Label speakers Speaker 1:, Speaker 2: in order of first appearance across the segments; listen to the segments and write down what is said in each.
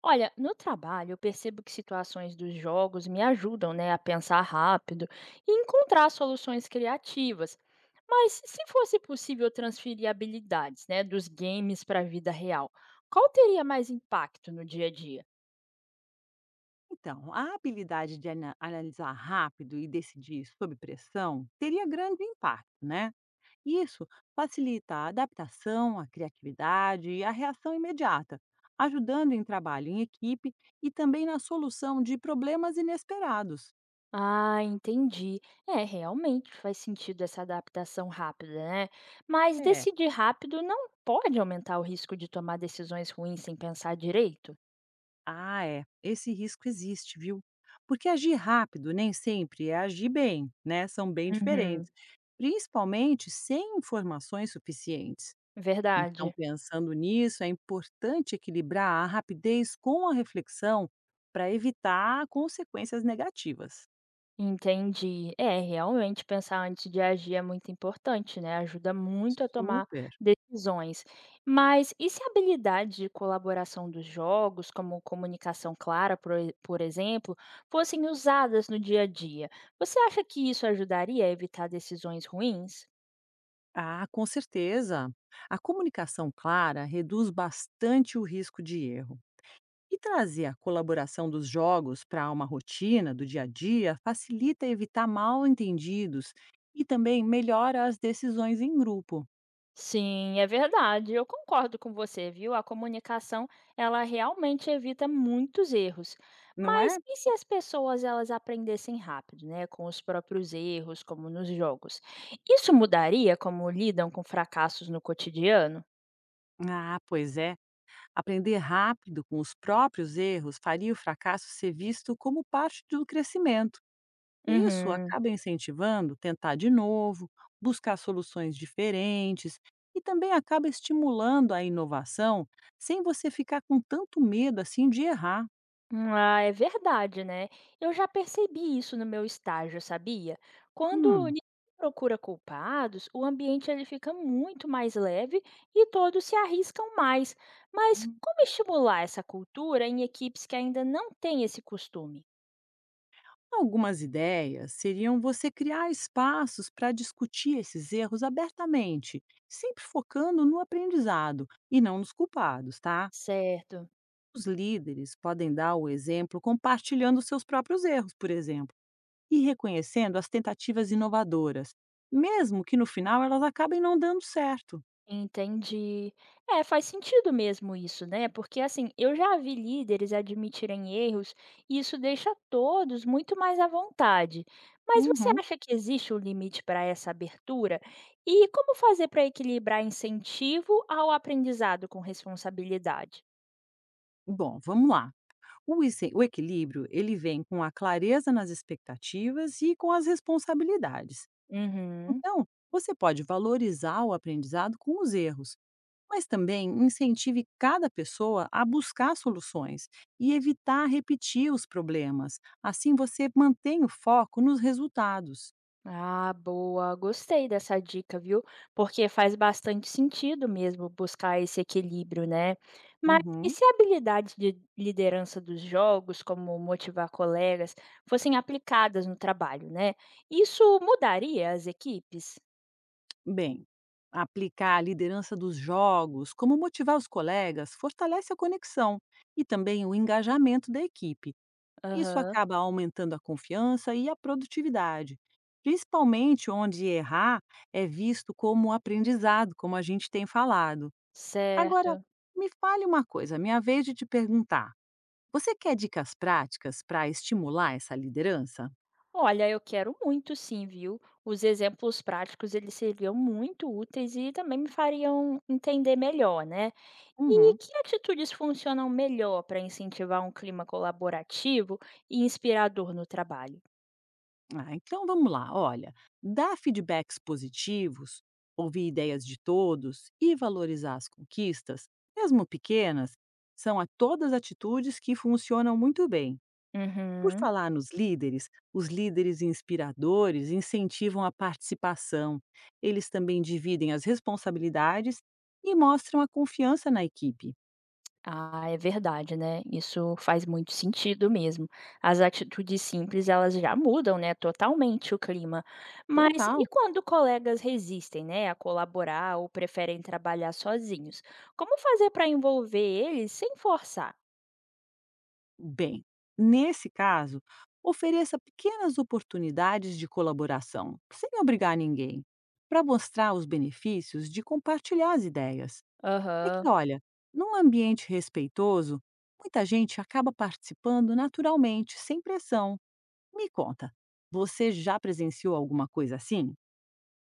Speaker 1: Olha, no trabalho eu percebo que situações dos jogos me ajudam, né, a pensar rápido e encontrar soluções criativas. Mas se fosse possível transferir habilidades, né, dos games para a vida real, qual teria mais impacto no dia a dia?
Speaker 2: Então, a habilidade de analisar rápido e decidir sob pressão teria grande impacto, né? Isso facilita a adaptação, a criatividade e a reação imediata, ajudando em trabalho em equipe e também na solução de problemas inesperados.
Speaker 1: Ah, entendi. É, realmente faz sentido essa adaptação rápida, né? Mas
Speaker 2: É,
Speaker 1: decidir rápido não pode aumentar o risco de tomar decisões ruins sem pensar direito?
Speaker 2: esse risco existe, viu? Porque agir rápido nem sempre é agir bem, né? São bem
Speaker 1: Uhum,
Speaker 2: diferentes, principalmente sem informações suficientes. Então,
Speaker 1: verdade.
Speaker 2: pensando nisso, é importante equilibrar a rapidez com a reflexão para evitar consequências negativas.
Speaker 1: Entendi. É, realmente pensar antes de agir é muito importante, né? Ajuda muito a tomar
Speaker 2: Super.
Speaker 1: decisões. Mas e se a habilidade de colaboração dos jogos, como comunicação clara, por exemplo, fossem usadas no dia a dia? Você acha que isso ajudaria a evitar decisões ruins?
Speaker 2: Ah, com certeza. A comunicação clara reduz bastante o risco de erro. E trazer a colaboração dos jogos para uma rotina do dia a dia facilita evitar mal entendidos e também melhora as decisões em grupo,
Speaker 1: Sim, é verdade. Eu concordo com você, viu? A comunicação, ela realmente evita muitos erros.
Speaker 2: não
Speaker 1: Mas
Speaker 2: é?
Speaker 1: e se as pessoas elas aprendessem rápido, né, com os próprios erros, como nos jogos? Isso mudaria como lidam com fracassos no cotidiano?
Speaker 2: Ah, pois é. Aprender rápido com os próprios erros faria o fracasso ser visto como parte do crescimento, e isso
Speaker 1: Uhum.
Speaker 2: acaba incentivando tentar de novo, buscar soluções diferentes e também acaba estimulando a inovação sem você ficar com tanto medo assim de errar.
Speaker 1: Ah, é verdade, né? Eu já percebi isso no meu estágio, sabia? Quando
Speaker 2: Hum.
Speaker 1: ninguém procura culpados, o ambiente ele fica muito mais leve e todos se arriscam mais. Mas
Speaker 2: Hum,
Speaker 1: como estimular essa cultura em equipes que ainda não têm esse costume?
Speaker 2: Algumas ideias seriam você criar espaços para discutir esses erros abertamente, sempre focando no aprendizado e não nos culpados, tá?
Speaker 1: Certo.
Speaker 2: Os líderes podem dar o exemplo compartilhando seus próprios erros, por exemplo, e reconhecendo as tentativas inovadoras, mesmo que no final elas acabem não dando certo.
Speaker 1: Entendi. É, faz sentido mesmo isso, né? Porque assim, eu já vi líderes admitirem erros e isso deixa todos muito mais à vontade. Mas você
Speaker 2: Uhum.
Speaker 1: acha que existe um limite para essa abertura? E como fazer para equilibrar incentivo ao aprendizado com responsabilidade?
Speaker 2: Bom, vamos lá. O equilíbrio ele vem com a clareza nas expectativas e com as responsabilidades.
Speaker 1: Uhum.
Speaker 2: Então, você pode valorizar o aprendizado com os erros, mas também incentive cada pessoa a buscar soluções e evitar repetir os problemas. Assim você mantém o foco nos resultados.
Speaker 1: Ah, boa. Gostei dessa dica, viu? Porque faz bastante sentido mesmo buscar esse equilíbrio, né? Mas e
Speaker 2: Uhum.
Speaker 1: se a habilidade de liderança dos jogos, como motivar colegas, fossem aplicadas no trabalho, né? Isso mudaria as equipes?
Speaker 2: Bem, aplicar a liderança dos jogos, como motivar os colegas, fortalece a conexão e também o engajamento da equipe. Isso
Speaker 1: Aham,
Speaker 2: acaba aumentando a confiança e a produtividade, principalmente onde errar é visto como aprendizado, como a gente tem falado. Agora,
Speaker 1: certo.
Speaker 2: me fale uma coisa, minha vez de te perguntar. Você quer dicas práticas para estimular essa liderança?
Speaker 1: Olha, eu quero muito sim, viu? Os exemplos práticos, eles seriam muito úteis e também me fariam entender melhor, né? E
Speaker 2: Uhum.
Speaker 1: que atitudes funcionam melhor para incentivar um clima colaborativo e inspirador no trabalho?
Speaker 2: Ah, então vamos lá. Olha, dar feedbacks positivos, ouvir ideias de todos e valorizar as conquistas, mesmo pequenas, são a todas atitudes que funcionam muito bem. Por
Speaker 1: Uhum.
Speaker 2: falar nos líderes, os líderes inspiradores incentivam a participação. Eles também dividem as responsabilidades e mostram a confiança na equipe.
Speaker 1: Ah, é verdade, né? Isso faz muito sentido mesmo. As atitudes simples, elas já mudam, né, totalmente o clima. Mas
Speaker 2: Total.
Speaker 1: e quando colegas resistem, né, a colaborar ou preferem trabalhar sozinhos? Como fazer para envolver eles sem forçar?
Speaker 2: Bem, nesse caso, ofereça pequenas oportunidades de colaboração, sem obrigar ninguém, para mostrar os benefícios de compartilhar as ideias. É
Speaker 1: Aham.
Speaker 2: que, olha, num ambiente respeitoso, muita gente acaba participando naturalmente, sem pressão. Me conta, você já presenciou alguma coisa assim?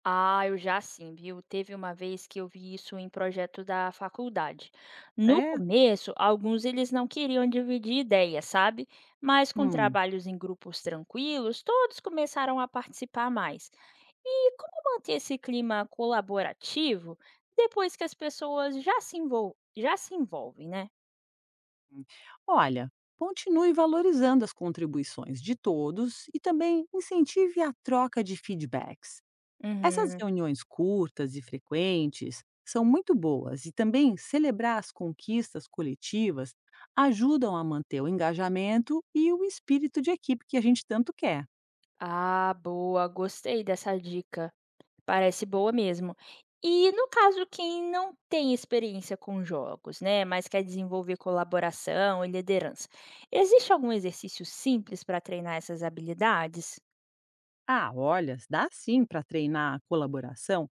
Speaker 1: Ah, eu já sim, viu? Teve uma vez que eu vi isso em projeto da faculdade. No
Speaker 2: É?
Speaker 1: começo, alguns eles não queriam dividir ideias, sabe? Mas com
Speaker 2: Hum.
Speaker 1: trabalhos em grupos tranquilos, todos começaram a participar mais. E como manter esse clima colaborativo depois que as pessoas já se envolvem, né?
Speaker 2: Olha, continue valorizando as contribuições de todos e também incentive a troca de feedbacks. Essas
Speaker 1: Uhum.
Speaker 2: reuniões curtas e frequentes são muito boas e também celebrar as conquistas coletivas ajudam a manter o engajamento e o espírito de equipe que a gente tanto quer.
Speaker 1: Ah, boa, gostei dessa dica. Parece boa mesmo. E no caso quem não tem experiência com jogos, né, mas quer desenvolver colaboração e liderança, existe algum exercício simples para treinar essas habilidades?
Speaker 2: Ah, olha, dá sim para treinar a colaboração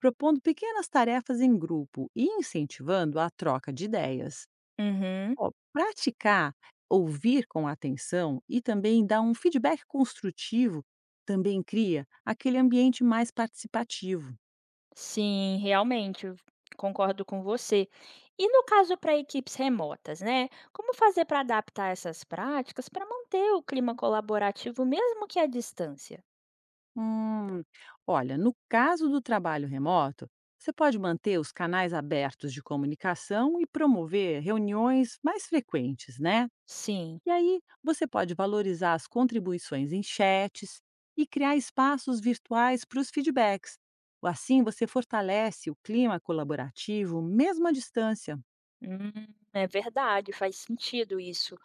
Speaker 2: propondo pequenas tarefas em grupo e incentivando a troca de ideias.
Speaker 1: Uhum.
Speaker 2: Ó, praticar, ouvir com atenção e também dar um feedback construtivo também cria aquele ambiente mais participativo.
Speaker 1: Sim, realmente, eu concordo com você. E no caso para equipes remotas, né? Como fazer para adaptar essas práticas para manter o clima colaborativo mesmo que à distância?
Speaker 2: Hum, olha, no caso do trabalho remoto, você pode manter os canais abertos de comunicação e promover reuniões mais frequentes, né?
Speaker 1: Sim.
Speaker 2: E aí, você pode valorizar as contribuições em chats e criar espaços virtuais para os feedbacks. Assim, você fortalece o clima colaborativo, mesmo à distância.
Speaker 1: Hum, é verdade, faz sentido isso.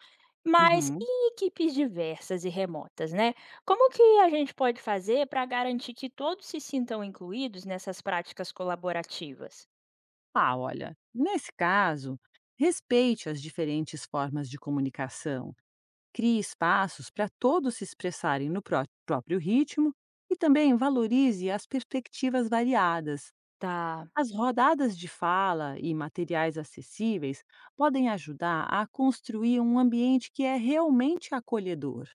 Speaker 1: Mas
Speaker 2: Uhum.
Speaker 1: e equipes diversas e remotas, né? Como que a gente pode fazer para garantir que todos se sintam incluídos nessas práticas colaborativas?
Speaker 2: Ah, olha, nesse caso, respeite as diferentes formas de comunicação, crie espaços para todos se expressarem no próprio ritmo e também valorize as perspectivas variadas.
Speaker 1: Tá,
Speaker 2: As rodadas de fala e materiais acessíveis podem ajudar a construir um ambiente que é realmente acolhedor.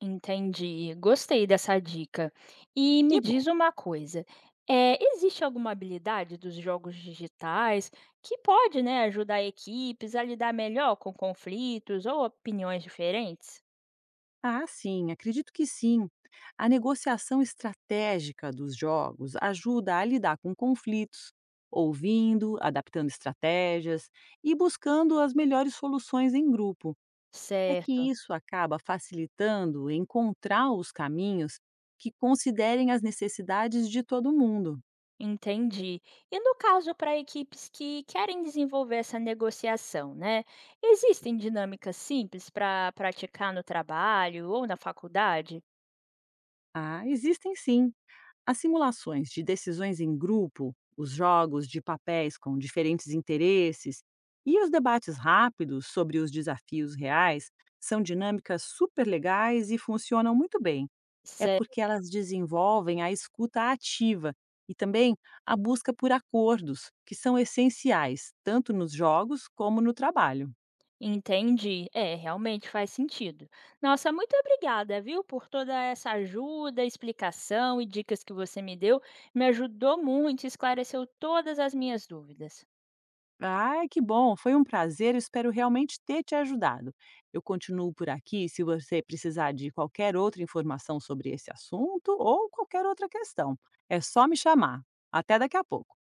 Speaker 1: entendi. Gostei dessa dica. E me
Speaker 2: Que bom!
Speaker 1: diz uma coisa, é, existe alguma habilidade dos jogos digitais que pode, né, ajudar equipes a lidar melhor com conflitos ou opiniões diferentes?
Speaker 2: Ah, sim, acredito que sim. A negociação estratégica dos jogos ajuda a lidar com conflitos, ouvindo, adaptando estratégias e buscando as melhores soluções em grupo. É
Speaker 1: Certo.
Speaker 2: que isso acaba facilitando encontrar os caminhos que considerem as necessidades de todo mundo.
Speaker 1: Entendi. E no caso para equipes que querem desenvolver essa negociação, né? Existem dinâmicas simples para praticar no trabalho ou na faculdade?
Speaker 2: Ah, existem sim. As simulações de decisões em grupo, os jogos de papéis com diferentes interesses e os debates rápidos sobre os desafios reais são dinâmicas super legais e funcionam muito bem. É
Speaker 1: Cé-
Speaker 2: porque elas desenvolvem a escuta ativa e também a busca por acordos, que são essenciais tanto nos jogos como no trabalho.
Speaker 1: Entendi. É, realmente faz sentido. Nossa, muito obrigada, viu, por toda essa ajuda, explicação e dicas que você me deu. Me ajudou muito, e esclareceu todas as minhas dúvidas.
Speaker 2: Ai, que bom, foi um prazer, eu espero realmente ter te ajudado. Eu continuo por aqui se você precisar de qualquer outra informação sobre esse assunto ou qualquer outra questão. É só me chamar. Até daqui a pouco.